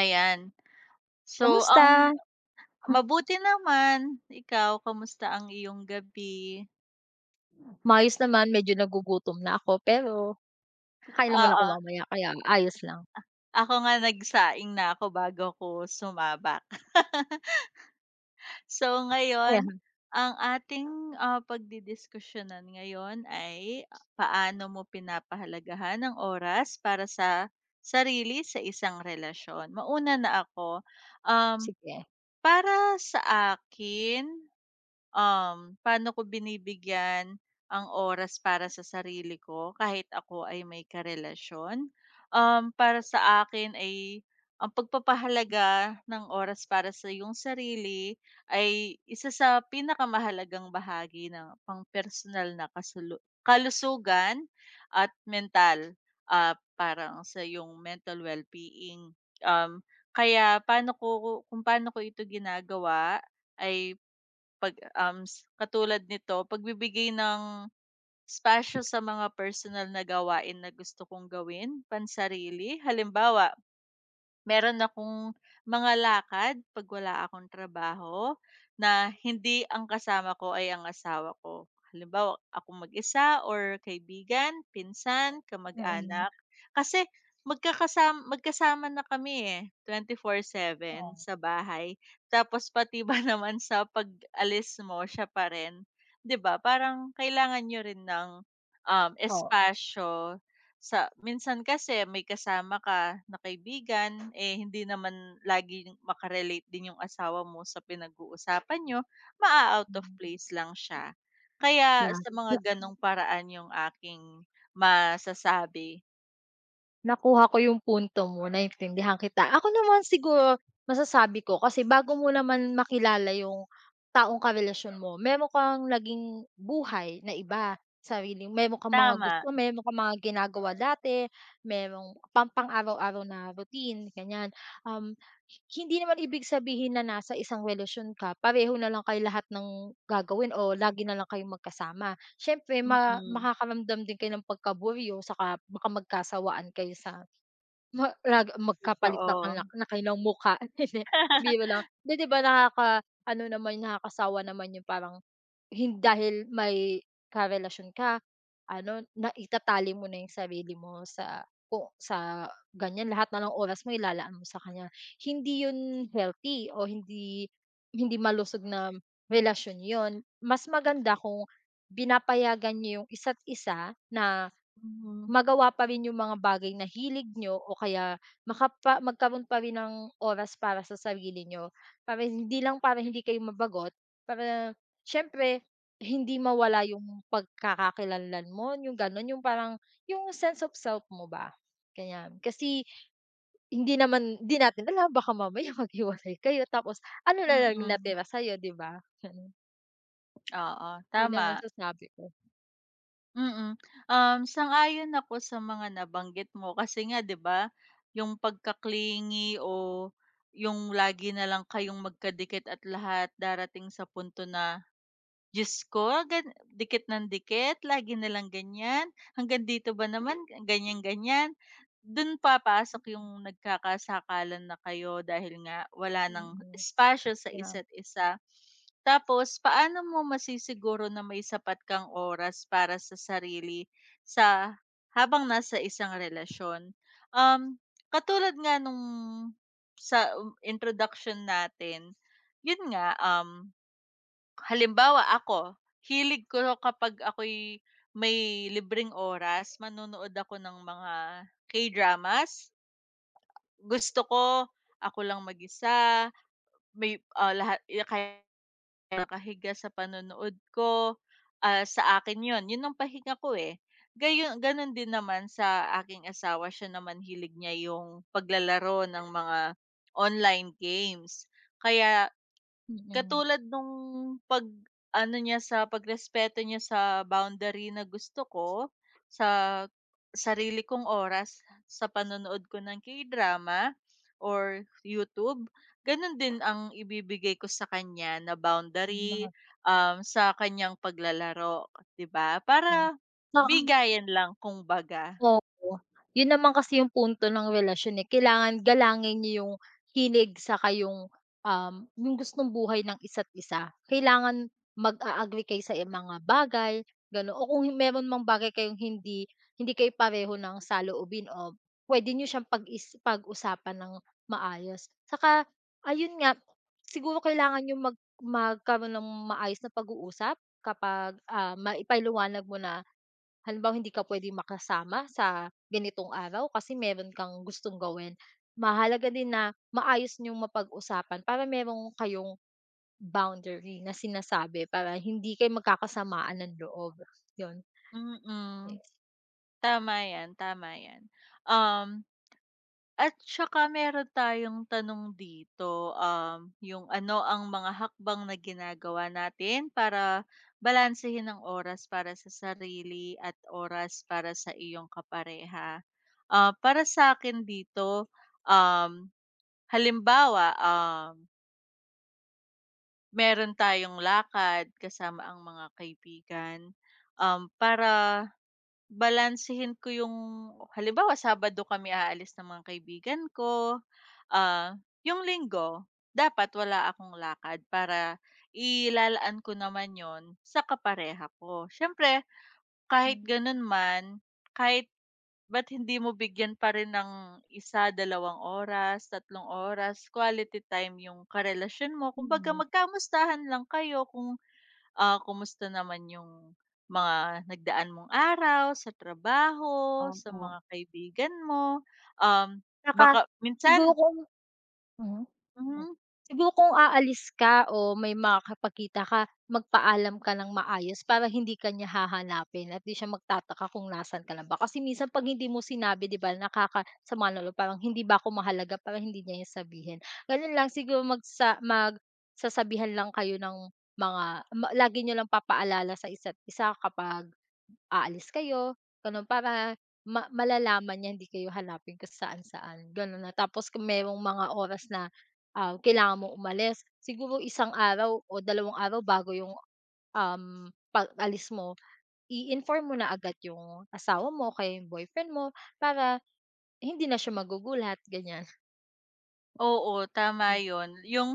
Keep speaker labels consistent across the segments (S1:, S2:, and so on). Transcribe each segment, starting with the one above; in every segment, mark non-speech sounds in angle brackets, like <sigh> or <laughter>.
S1: Ayan. So,
S2: Kamusta?
S1: mabuti naman. Ikaw, kamusta ang iyong gabi?
S2: Maayos naman medyo nagugutom na ako pero kakain naman ako
S1: Oo,
S2: mamaya kaya ayos lang.
S1: ako nga nagsaing na ako bago ko sumabak. <laughs> So, ngayon
S2: Ayan,
S1: ang ating, pagdidiskusyonan ngayon ay paano mo pinapahalagahan ang oras para sa sarili sa isang relasyon. Mauna na ako. Um,
S2: sige.
S1: Para sa akin paano ko binibigyan ang oras para sa sarili ko kahit ako ay may karelasyon. Para sa akin ay ang pagpapahalaga ng oras para sa iyong sarili ay isa sa pinakamahalagang bahagi ng pang-personal na kalusugan at mental parang sa iyong mental well-being. Um, Kaya paano ko ito ginagawa ay pag, um, s katulad nito pagbibigay ng espasyo sa mga personal na gawain na gusto kong gawin pansarili. Halimbawa, meron akong mga lakad 'pag wala akong trabaho na hindi ang kasama ko ay ang asawa ko. Halimbawa, ako mag-isa or kaibigan, pinsan,
S2: Mm,
S1: kamag-anak. Kasi magkasama na kami, eh, 24/7
S2: oo.
S1: sa bahay. Tapos pati ba <laughs> naman sa pag-alis mo siya pa rin, 'di ba? Parang kailangan niyo rin ng,
S2: Oo,
S1: espasyo sa minsan kasi may kasama ka na kaibigan, eh, hindi naman lagi makarelate din yung asawa mo sa pinag-uusapan niyo, maa-out of
S2: hmm,
S1: place lang siya. Kaya sa mga
S2: yeah.
S1: gano'ng paraan yung aking masasabi.
S2: Nakuha ko yung punto mo, naintindihan kita. Ako naman siguro masasabi ko kasi bago mo naman makilala yung taong karelasyon mo, may mo kang naging buhay na iba, sarili may mo kang mga
S1: Tama.
S2: gusto, may mo kang mga ginagawa dati, may pang-araw-araw na routine, ganyan. Um, Hindi naman ibig sabihin na nasa isang relasyon ka, pareho na lang kayo lahat ng gagawin o lagi na lang kayong magkasama. Siyempre ma
S1: Mm.
S2: makakaramdam din kayo ng pagkaburyo, saka baka magkasawaan kayo sa Ma lag magkapalit ng anak
S1: Totoo.
S2: na kanilang mukha. <laughs> Hindi, biro lang.
S1: <laughs>
S2: 'Di ba, nakakaano naman, nakakasawa naman yung parang dahil may karelasyon ka, ano, naitatali mo na yung sarili mo sa kung sa ganyan, lahat na ng oras mo ilalaan mo sa kanya. Hindi yun healthy o hindi hindi malusog na relasyon yun. Mas maganda kung pinapayagan niyo yung isa't isa na
S1: Mhm,
S2: magawa pa rin yung mga bagay na hilig nyo o kaya magkaroon pa rin ng oras para sa sarili nyo. Para hindi kayo mabagot, para siyempre hindi mawala yung pagkakakilanlan mo, yung gano'n. Yung parang yung sense of self mo ba, kasi hindi naman, hindi natin alam baka mamaya <laughs> maghiwalay kayo tapos ano na lang yung
S1: mm.
S2: natira sa'yo, 'di ba? Gano'n.
S1: Oo,
S2: Yun lang
S1: tama.
S2: yung masasabi ko.
S1: Mm. Sang-ayon ako sa mga nabanggit mo kasi nga 'di ba, yung pagka-clingy o yung lagi na lang kayong magkadikit at lahat darating sa punto na Diyos ko, gan dikit ng dikit, lagi nilang ganyan, hanggang dito ba naman, ganyan-ganyan. Dun papasok yung nagkakasakalan na kayo dahil nga wala ng
S2: Mm.
S1: espasyo sa
S2: Yeah,
S1: isa't isa. Tapos paano mo masisiguro na may sapat kang oras para sa sarili sa habang nasa isang relasyon? Um, Katulad nga nung sa introduction natin, yun nga, Halimbawa ako, hilig ko kapag ako'y may libreng oras manonood ako ng mga K-dramas. Gusto ko ako lang mag-isa, may, lahat eh, kaya nakahiga sa panonood ko, sa akin 'yun, 'yun ang pahinga ko, eh. Gayon, gano'n din naman sa aking asawa, siya naman hilig niya yung paglalaro ng mga online games. Kaya
S2: mm.
S1: katulad nung pag-ano niya sa pagrespeto niya sa boundary na gusto ko, sa sarili kong oras sa panonood ko ng K-drama or YouTube, gano'n din ang ibibigay ko sa kanya na boundary,
S2: Mga
S1: sa kanyang paglalaro, 'di ba? Para
S2: Oo.
S1: bigayan lang kumbaga.
S2: Oo, yun naman kasi yung punto ng relasyon, eh, kailangan galangin niyo yung hilig saka yung, yung gustong buhay ng isa't isa. Kailangan mag-a-agree kayo sa mga bagay, gano'n, o kung meron mang bagay kayong hindi hindi kayo pareho ng saloobin o puwede niyo siyang pag-usapan ng maayos. Saka ayun nga, siguro kailangan niyong magkaroon ng maayos na pag-uusap kapag, ah, maipaliwanag mo na. Halimbawa, hindi ka puwedeng makasama sa ganitong araw kasi meron kang gustong gawin. Mahalaga din na maayos niyong mapag-usapan para meron kayong boundary na sinasabi para hindi kayo magkakasamaan ng loob, 'yun.
S1: Mm,
S2: Yes.
S1: tama 'yan, tama 'yan. Um At saka meron tayong tanong dito, yung ano ang mga hakbang na ginagawa natin para balansehin ang oras para sa sarili at oras para sa iyong kapareha. Para sa akin dito, um, halimbawa, meron tayong lakad kasama ang mga kaibigan, para balansehin ko yung halimbawa Sabado kami aalis ng mga kaibigan ko, yung Linggo dapat wala akong lakad para ilalaan ko naman yon sa kapareha ko. Siyempre
S2: Hmm,
S1: kahit
S2: mm.
S1: ganon man, kahit ba't hindi mo bigyan pa rin ng 1, 2 oras, 3 oras, quality time yung karelasyon mo. Kumbaga
S2: Mhm.
S1: magkamustahan lang kayo kung kumusta naman yung mga nagdaan mong araw sa trabaho, sa
S2: Oo.
S1: mga kaibigan mo? Um,
S2: Tsaka
S1: Baka minsan
S2: siguro kung, mhm. Hmm.
S1: mhm,
S2: Siguro kung aalis ka o may makakapagkita ka, magpaalam ka ng maayos para hindi ka niya hahanapin at 'di siya magtataka kung nasan ka na ba. Kasi minsan 'pag hindi mo sinabi 'di ba, nakakasama ng loob, parang hindi ba ako mahalaga, para hindi niya 'yan sabihin. Gano'n lang siguro, magsasabihan lang kayo ng mga, lagi niyo lang papaalala sa isa't isa kapag aalis kayo, gano'n, para malalaman niya, hindi kayo hanapin kung saan-saan, gano'n na. Tapos kung merong mga oras na, ah, kailangan mong umalis, siguro isang araw o dalawang araw bago yung, um, pag-alis mo, i-inform mo na agad yung asawa mo o kaya yung boyfriend mo para hindi na siya magugulat, ganyan.
S1: oo,
S2: <laughs>
S1: tama
S2: Di
S1: yon. Yung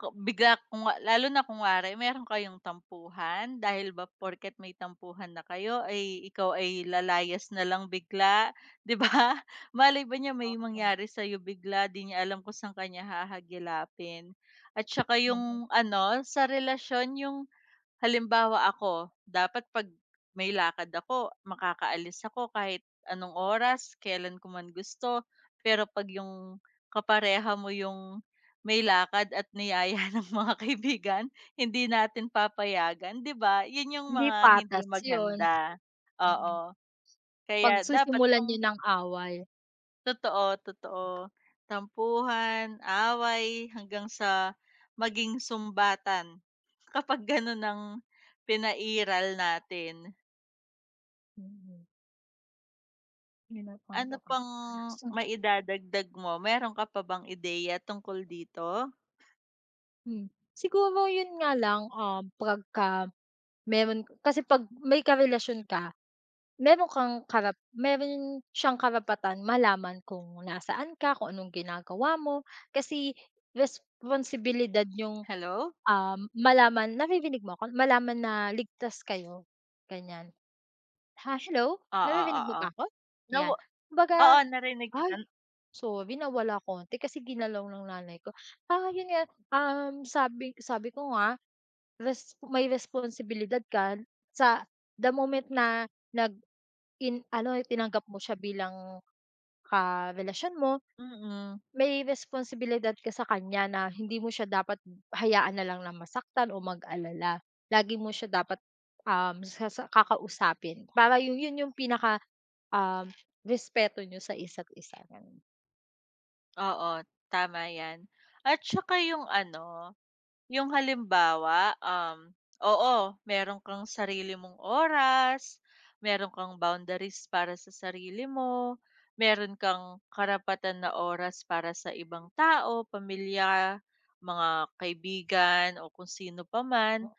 S1: ka bigla kung wa- lalo na kunwari meron kayong tampuhan dahil ba porket may tampuhan na kayo ay ikaw ay lalayas na lang bigla, <laughs> 'di ba? Malay ba niya may
S2: ba?
S1: mangyari sa'yo bigla, 'di niya alam kung saan ka niya hahagilapin. At saka
S2: Mm,
S1: yung ano, sa relasyon yung. Halimbawa ako, dapat 'pag may lakad ako makakaalis ako kahit anong oras, kailan ko man gusto. Pero 'pag yung kapareha mo yung may lakad at niyaya <laughs> ng mga kaibigan, hindi natin papayagan, 'di ba? Yun yung
S2: hindi
S1: mga hindi
S2: patas yun,
S1: maganda,
S2: mm.
S1: oo. Kaya dapat
S2: Pagsisimulan niyo
S1: kung.
S2: ng away,
S1: Totoo, totoo. Tampuhan, away, hanggang sa maging sumbatan kapag gano'n ang pinairal natin.
S2: mm. Yun ang
S1: Ano
S2: napaka.
S1: pang maidadagdag mo? Meron ka pa bang ideya tungkol dito?
S2: Hmm, siguro yun nga lang, pagka meron kasi 'pag may karelasyon ka, meron kang meron siyang karapatan malaman kung nasaan ka, kung anong ginagawa mo. Kasi responsibilidad yung,
S1: Hello?
S2: malaman, naririnig mo ako? Malaman na ligtas kayo, ganyan. Ha, hello?
S1: Oo,
S2: Naririnig mo
S1: oo.
S2: pa ako?
S1: Nawa
S2: Ayan.
S1: oo,
S2: Kumbaga,
S1: narinig kita.
S2: "Ay, sorry nawala konti kasi ginalaw ng nanay ko." Ah, yun nga, um, sabi sabi ko nga, may responsibilidad ka sa the moment na nag in ano, tinanggap mo siya bilang karelasyon mo,
S1: Mm,
S2: may responsibilidad ka sa kanya na hindi mo siya dapat hayaan na lang na masaktan o mag-alala. Lagi mo siya dapat, um, sasa kakausapin para yun yung pinaka, um, respeto niyo sa isa't isa, ganun.
S1: oo, tama 'yan. At saka yung ano. Yung halimbawa, oo, meron kang sarili mong oras, meron kang boundaries para sa sarili mo, meron kang karapatan na oras para sa ibang tao, pamilya, mga kaibigan o kung sino pa man.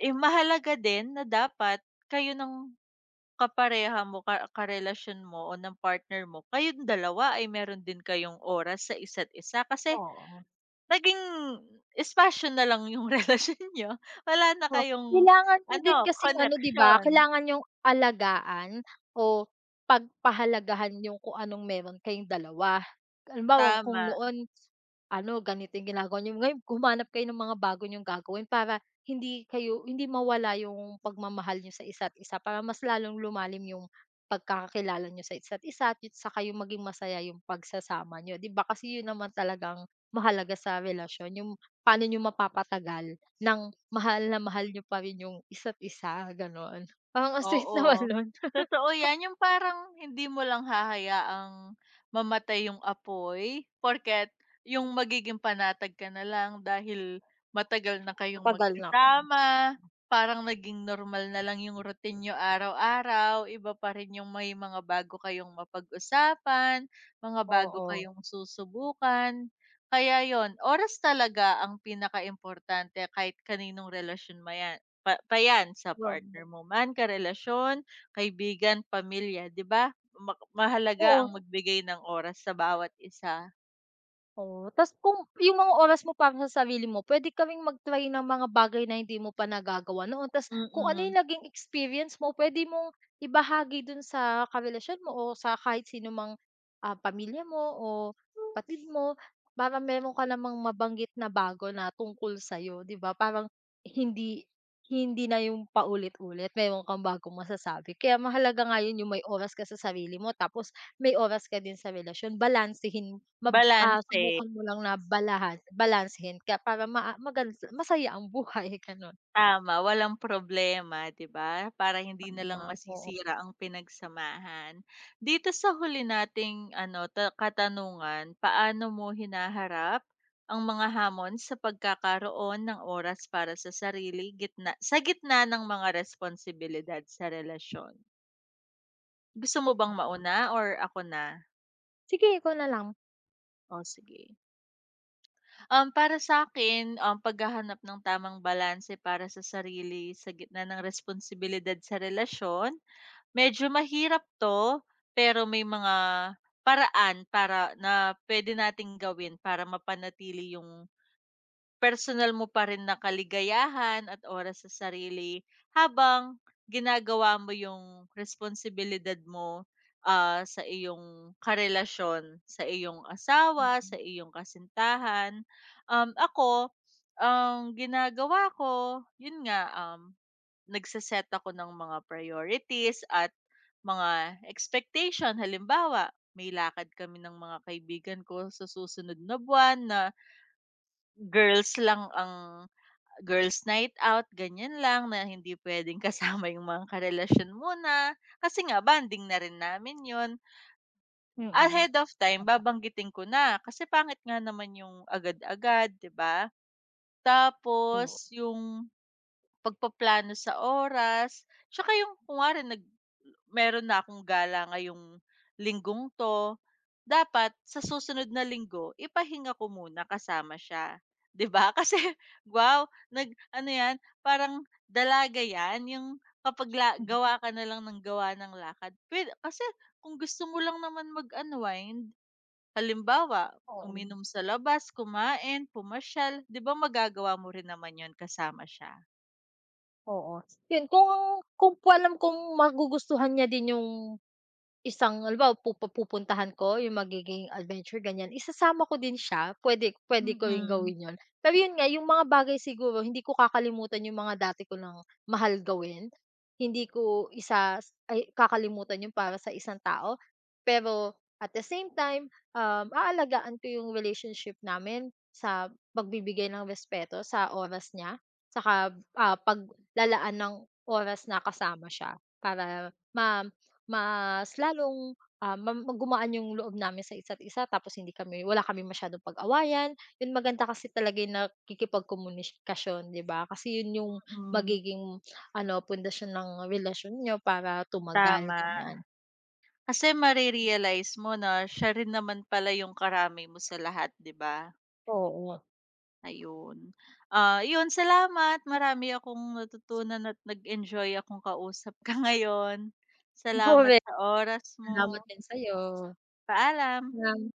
S1: Eh, mahalaga din na dapat kayo ng kapareha mo, karelasyon mo o ng partner mo, kayong dalawa ay meron din kayong oras sa isa't isa kasi
S2: Oo.
S1: naging espasyo na lang yung <laughs> relasyon niyo, wala na
S2: Oh,
S1: kayong
S2: kailangan niyo
S1: ano,
S2: din kasing ano, 'di ba,
S1: connection.
S2: kailangan niyong alagaan o pagpahalagahan yung kung anong meron kayong dalawa. Halimbawa kung
S1: Tama.
S2: noon, ano ganito yung ginagawa niyo, ngayon humanap kayo ng mga bago niyong gagawin para hindi kayo, hindi mawala yung pagmamahal niyo sa isa't isa, para mas lalong lumalim yung pagkakakilala niyo sa isa't isa at saka yung maging masaya yung pagsasama niyo, 'di ba? Kasi yun naman talagang mahalaga sa relasyon, yung paano niyo mapapatagal ng mahal na mahal niyo pa rin yung isa't isa, gano'n. Parang ang sweet <laughs>
S1: Oo,
S2: naman no'n.
S1: totoo 'yan, yung parang hindi mo lang hahayaang mamatay yung apoy, porket yung magiging panatag ka na lang dahil matagal na kayong
S2: Matagal na kami,
S1: magkasama, parang naging normal na lang yung routine niyo araw-araw, iba pa rin yung may mga bago kayong mapag-usapan, mga bago
S2: oo.
S1: kayong susubukan. Kaya yon oras talaga ang pinaka importante kahit kaninong relasyon mo 'yan pa 'yan sa
S2: Wow,
S1: partner mo man, karelasyon, kaibigan, pamilya, 'di ba? Mahalaga
S2: oo.
S1: ang magbigay ng oras sa bawat isa.
S2: Oo, tas kung yung mga oras mo para sa sarili mo puwede ka ring mag-try ng mga bagay na hindi mo pa nagagawa noon, tas kung ano
S1: Mm,
S2: yung naging experience mo pwede mong ibahagi dun sa karelasyon mo o sa kahit sino mang, ah, pamilya mo o kapatid mo, para meron ka namang mabanggit na bago na tungkol sa'yo, 'di ba? Parang hindi hindi na yung paulit-ulit, meron kang bagong masasabi kaya mahalaga nga yun, yung may oras ka sa sarili mo tapos may oras ka din sa relasyon, balansehin. Mab ah,
S1: balanse,
S2: subukan mo lang na balansehin ka para maa magan masaya ang buhay <laughs> gano'n.
S1: tama, walang problema, 'di ba? Para hindi na lang
S2: Tama, oo.
S1: masisira ang pinagsamahan. Dito sa huli nating ano, katanungan, paano mo hinaharap ang mga hamon sa pagkakaroon ng oras para sa sarili gitna sa gitna ng mga responsibilidad sa relasyon? Gusto mo bang mauna or ako na?
S2: Sige ikaw na lang.
S1: O sige. Para sa akin paghahanap ng tamang balanse para sa sarili sa gitna ng responsibilidad sa relasyon, medyo mahirap 'to, pero may mga paraan para na pwede nating gawin para mapanatili yung personal mo pa rin na kaligayahan at oras sa sarili habang ginagawa mo yung responsibilidad mo, sa iyong karelasyon, sa iyong asawa, sa iyong kasintahan. Ako, ang ginagawa ko, yun nga, nagse ako ng mga priorities at mga expectation. Halimbawa, may lakad kami ng mga kaibigan ko sa susunod na buwan na girls lang ang Girls night out, ganyan lang na hindi pwedeng <laughs> kasama yung mga karelasyon muna, kasi nga bonding na rin namin 'yun.
S2: Mm.
S1: Ahead of time babanggitin ko na, kasi pangit nga naman yung agad-agad, 'di ba?
S2: Oo.
S1: Tapos yung pagpaplano sa oras, tsaka yung kunwari nag meron na akong gala ngayong linggong 'to, dapat sa susunod na linggo ipahinga ko muna kasama siya, 'di ba? <laughs> Kasi wow, nag ano 'yan, parang dalaga 'yan, yung kapag la
S2: <laughs>
S1: gawa ka na lang ng gawa ng lakad. Puwede kasi kung gusto mo lang naman mag-unwind, halimbawa
S2: Oo,
S1: uminom sa labas, kumain, pumasyal, 'di ba magagawa mo rin naman yon kasama siya?
S2: oo. 'Yun kung alam kong magugustuhan niya din yung, isang halimbawa pupuntahan ko yung magiging adventure ganyan, isasama ko din siya, puwede puwede ko ring
S1: Mm,
S2: gawin yun. Pero yun nga yung mga bagay, siguro hindi ko kakalimutan yung mga dati ko ng mahal gawin, hindi ko isa ay kakalimutan yun para sa isang tao. Pero at the same time, aalagaan ko yung relationship namin sa pagbibigay ng respeto sa oras niya, saka, ah, paglalaan ng oras na kasama siya para ma mas lalong, ah, gumaan yung loob namin sa isa't isa tapos hindi kami, wala kami masyadong pag-awayan. Yun maganda kasi talaga yung nakikipagkomunikasyon, 'di ba? Kasi yun yung
S1: mm,
S2: magiging ano, pundasyon ng relasyon niyo para tumagal,
S1: tama.
S2: ganyan.
S1: Kasi mare mo na siya rin naman pala yung karamay mo sa lahat, 'di ba?
S2: Oo.
S1: Ayun. Ah, yun salamat marami akong natutunan at nag-enjoy akong kausap ka <laughs> ngayon. Salamat
S2: Correct.
S1: sa oras mo.
S2: Salamat din sa'yo.
S1: Paalam.
S2: Nga